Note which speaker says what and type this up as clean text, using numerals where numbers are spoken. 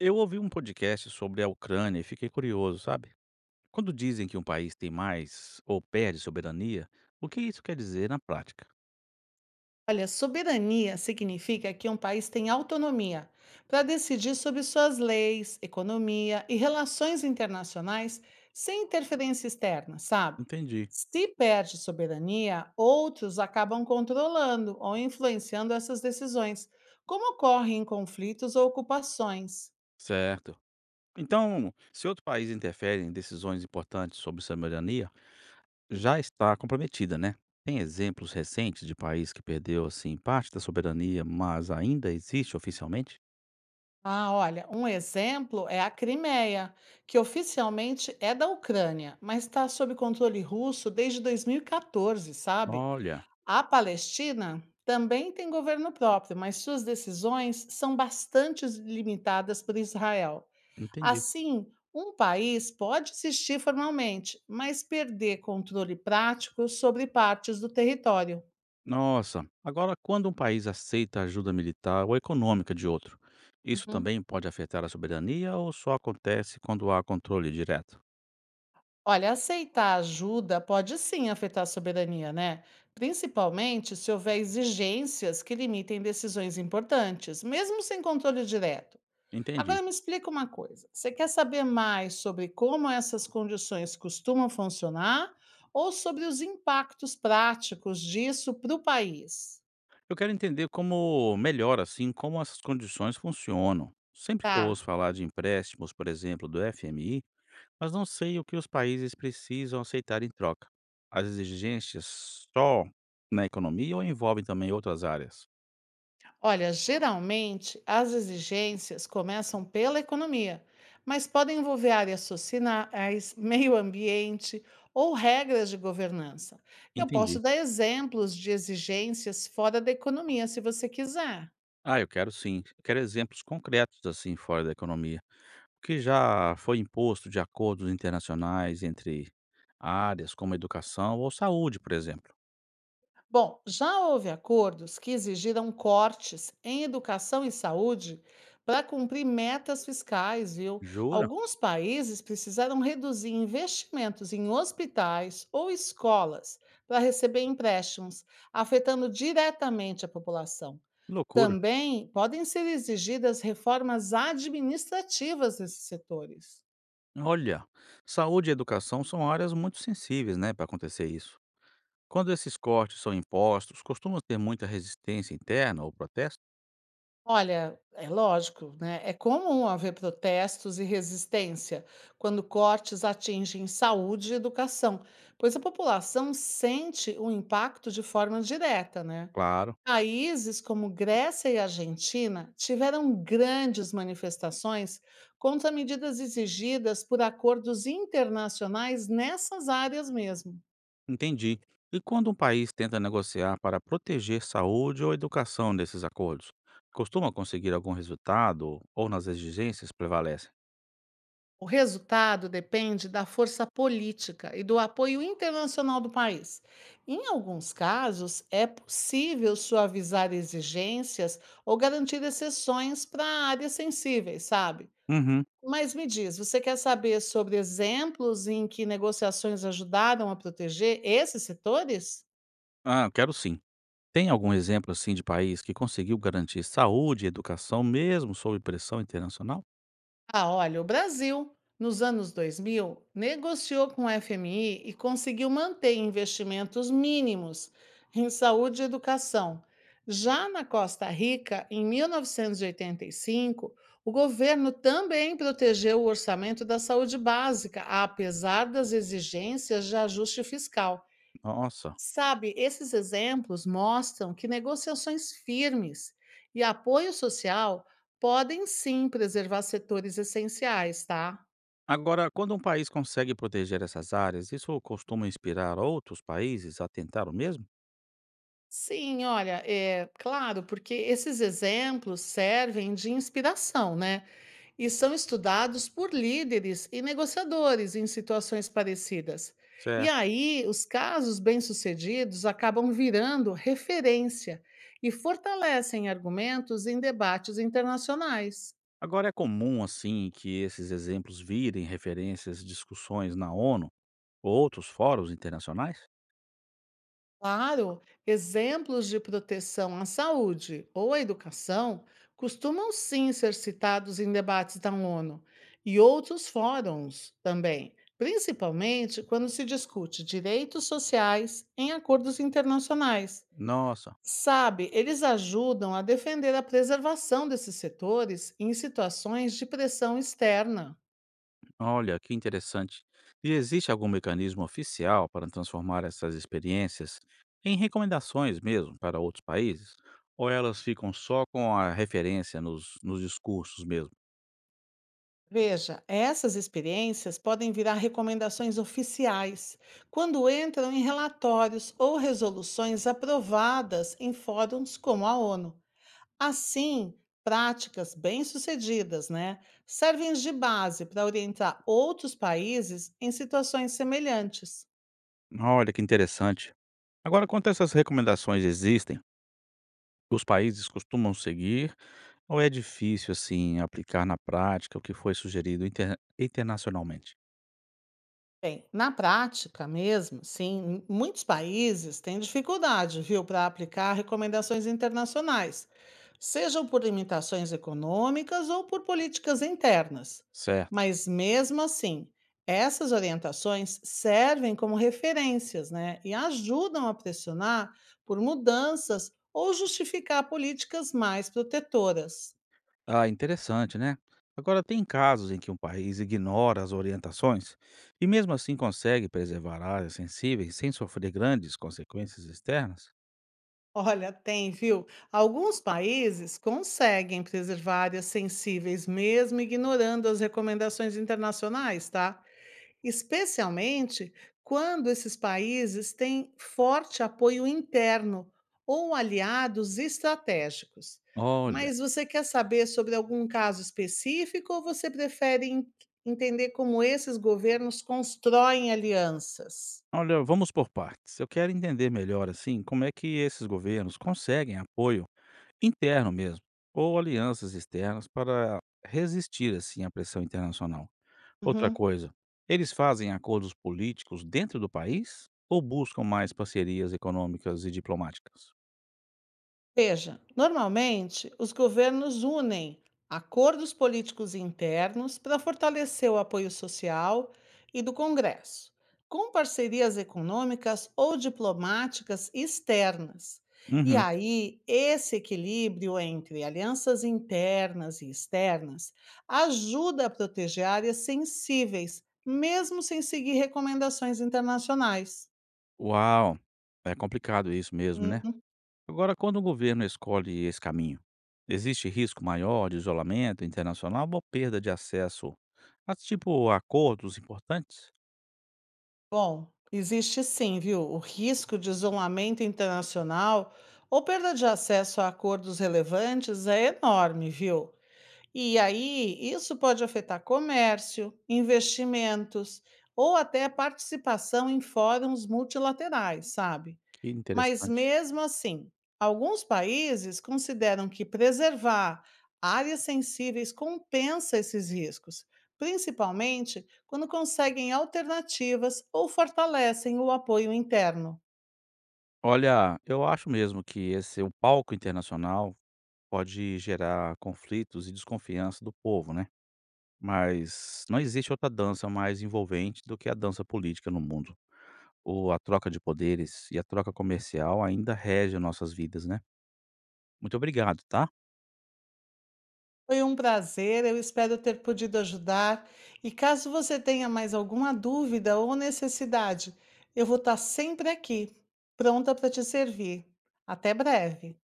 Speaker 1: Eu ouvi um podcast sobre a Ucrânia e fiquei curioso, sabe? Quando dizem que um país tem mais ou perde soberania, o que isso quer dizer na prática?
Speaker 2: Olha, soberania significa que um país tem autonomia para decidir sobre suas leis, economia e relações internacionais sem interferência externa, sabe?
Speaker 1: Entendi.
Speaker 2: Se perde soberania, outros acabam controlando ou influenciando essas decisões, como ocorre em conflitos ou ocupações.
Speaker 1: Certo. Então, se outro país interfere em decisões importantes sobre soberania, já está comprometida, né? Tem exemplos recentes de país que perdeu, assim, parte da soberania, mas ainda existe oficialmente?
Speaker 2: Ah, olha, um exemplo é a Crimeia, que oficialmente é da Ucrânia, mas está sob controle russo desde 2014, sabe?
Speaker 1: Olha,
Speaker 2: A Palestina também tem governo próprio, mas suas decisões são bastante limitadas por Israel.
Speaker 1: entendi.
Speaker 2: Assim, um país pode existir formalmente, mas perder controle prático sobre partes do território.
Speaker 1: Nossa, agora quando um país aceita a ajuda militar ou econômica de outro, isso
Speaker 2: Uhum.
Speaker 1: também pode afetar a soberania ou só acontece quando há controle direto?
Speaker 2: Olha, aceitar ajuda pode sim afetar a soberania, né? Principalmente se houver exigências que limitem decisões importantes, mesmo sem controle direto.
Speaker 1: Entendi.
Speaker 2: Agora me explica uma coisa: você quer saber mais sobre como essas condições costumam funcionar ou sobre os impactos práticos disso para o país?
Speaker 1: Eu quero entender como melhor assim como essas condições funcionam. Sempre que eu
Speaker 2: Tá.
Speaker 1: ouço falar de empréstimos, por exemplo, do FMI, mas não sei o que os países precisam aceitar em troca. As exigências só na economia ou envolvem também outras áreas?
Speaker 2: Olha, geralmente as exigências começam pela economia, mas podem envolver áreas sociais, meio ambiente ou regras de governança. Eu posso
Speaker 1: Entendi.
Speaker 2: dar exemplos de exigências fora da economia, se você quiser.
Speaker 1: Ah, eu quero sim. Eu quero exemplos concretos assim fora da economia, que já foi imposto de acordos internacionais entre áreas como educação ou saúde, por exemplo.
Speaker 2: Bom, já houve acordos que exigiram cortes em educação e saúde para cumprir metas fiscais, viu?
Speaker 1: Jura?
Speaker 2: Alguns países precisaram reduzir investimentos em hospitais ou escolas para receber empréstimos, afetando diretamente a população.
Speaker 1: Que loucura.
Speaker 2: Também podem ser exigidas reformas administrativas nesses setores.
Speaker 1: Olha, saúde e educação são áreas muito sensíveis, né, para acontecer isso. Quando esses cortes são impostos, costuma ter muita resistência interna ou protesto?
Speaker 2: Olha, é lógico, né? É comum haver protestos e resistência quando cortes atingem saúde e educação, pois a população sente o impacto de forma direta, né?
Speaker 1: Claro,
Speaker 2: Países como Grécia e Argentina tiveram grandes manifestações contra medidas exigidas por acordos internacionais nessas áreas mesmo.
Speaker 1: entendi. E quando um país tenta negociar para proteger saúde ou educação desses acordos, costuma conseguir algum resultado ou nas exigências prevalecem?
Speaker 2: O resultado depende da força política e do apoio internacional do país. Em alguns casos, é possível suavizar exigências ou garantir exceções para áreas sensíveis, sabe?
Speaker 1: Uhum.
Speaker 2: Mas me diz, você quer saber sobre exemplos em que negociações ajudaram a proteger esses setores?
Speaker 1: Ah, quero sim. Tem algum exemplo assim de país que conseguiu garantir saúde e educação mesmo sob pressão internacional?
Speaker 2: Ah, olha, o Brasil, nos anos 2000, negociou com o FMI e conseguiu manter investimentos mínimos em saúde e educação. Já na Costa Rica, em 1985, o governo também protegeu o orçamento da saúde básica, apesar das exigências de ajuste fiscal.
Speaker 1: Nossa.
Speaker 2: Sabe, esses exemplos mostram que negociações firmes e apoio social podem sim preservar setores essenciais, tá?
Speaker 1: Agora, quando um país consegue proteger essas áreas, isso costuma inspirar outros países a tentar o mesmo?
Speaker 2: Sim, olha, é claro, porque esses exemplos servem de inspiração, né? E são estudados por líderes e negociadores em situações parecidas. E
Speaker 1: Certo.
Speaker 2: aí, os casos bem-sucedidos acabam virando referência e fortalecem argumentos em debates internacionais.
Speaker 1: Agora é comum assim que esses exemplos virem referências, discussões na ONU ou outros fóruns internacionais?
Speaker 2: Claro, exemplos de proteção à saúde ou à educação costumam sim ser citados em debates da ONU e outros fóruns também, principalmente quando se discute direitos sociais em acordos internacionais.
Speaker 1: Nossa.
Speaker 2: Sabe, eles ajudam a defender a preservação desses setores em situações de pressão externa.
Speaker 1: Olha, que interessante. E existe algum mecanismo oficial para transformar essas experiências em recomendações mesmo para outros países? Ou elas ficam só com a referência nos discursos mesmo?
Speaker 2: Veja, essas experiências podem virar recomendações oficiais quando entram em relatórios ou resoluções aprovadas em fóruns como a ONU. Assim, práticas bem-sucedidas, né, servem de base para orientar outros países em situações semelhantes.
Speaker 1: Olha, que interessante. Agora, quanto essas recomendações existem, os países costumam seguir ou é difícil, assim, aplicar na prática o que foi sugerido internacionalmente?
Speaker 2: Bem, na prática mesmo, sim, muitos países têm dificuldade, viu, para aplicar recomendações internacionais, sejam por limitações econômicas ou por políticas internas.
Speaker 1: Certo.
Speaker 2: Mas mesmo assim, essas orientações servem como referências, né, e ajudam a pressionar por mudanças ou justificar políticas mais protetoras.
Speaker 1: Ah, interessante, né? Agora, tem casos em que um país ignora as orientações e, mesmo assim, consegue preservar áreas sensíveis sem sofrer grandes consequências externas?
Speaker 2: Olha, tem, viu? Alguns países conseguem preservar áreas sensíveis, mesmo ignorando as recomendações internacionais, tá? Especialmente quando esses países têm forte apoio interno ou aliados estratégicos.
Speaker 1: Olha,
Speaker 2: Mas você quer saber sobre algum caso específico ou você prefere entender como esses governos constroem alianças?
Speaker 1: olha, vamos por partes. Eu quero entender melhor, assim, como é que esses governos conseguem apoio interno mesmo, ou alianças externas para resistir, assim, à pressão internacional. Outra
Speaker 2: Uhum.
Speaker 1: coisa, eles fazem acordos políticos dentro do país ou buscam mais parcerias econômicas e diplomáticas?
Speaker 2: Veja, normalmente os governos unem acordos políticos internos para fortalecer o apoio social e do Congresso, com parcerias econômicas ou diplomáticas externas. E
Speaker 1: Uhum.
Speaker 2: aí, esse equilíbrio entre alianças internas e externas ajuda a proteger áreas sensíveis, mesmo sem seguir recomendações internacionais.
Speaker 1: Uau! É complicado isso mesmo, né?
Speaker 2: Hum.
Speaker 1: Agora, quando o governo escolhe esse caminho, existe risco maior de isolamento internacional ou perda de acesso a, tipo, acordos importantes?
Speaker 2: Bom, existe sim, viu? O risco de isolamento internacional ou perda de acesso a acordos relevantes é enorme, viu? E aí, isso pode afetar comércio, investimentos ou até participação em fóruns multilaterais, sabe?
Speaker 1: Que
Speaker 2: Mas
Speaker 1: interessante.
Speaker 2: mesmo assim, alguns países consideram que preservar áreas sensíveis compensa esses riscos, principalmente quando conseguem alternativas ou fortalecem o apoio interno.
Speaker 1: Olha, eu acho mesmo que esse o palco internacional pode gerar conflitos e desconfiança do povo, né? Mas não existe outra dança mais envolvente do que a dança política no mundo. Ou a troca de poderes e a troca comercial ainda rege nossas vidas, né? Muito obrigado, tá?
Speaker 2: Foi um prazer, eu espero ter podido ajudar. E caso você tenha mais alguma dúvida ou necessidade, eu vou estar sempre aqui, pronta para te servir. Até breve!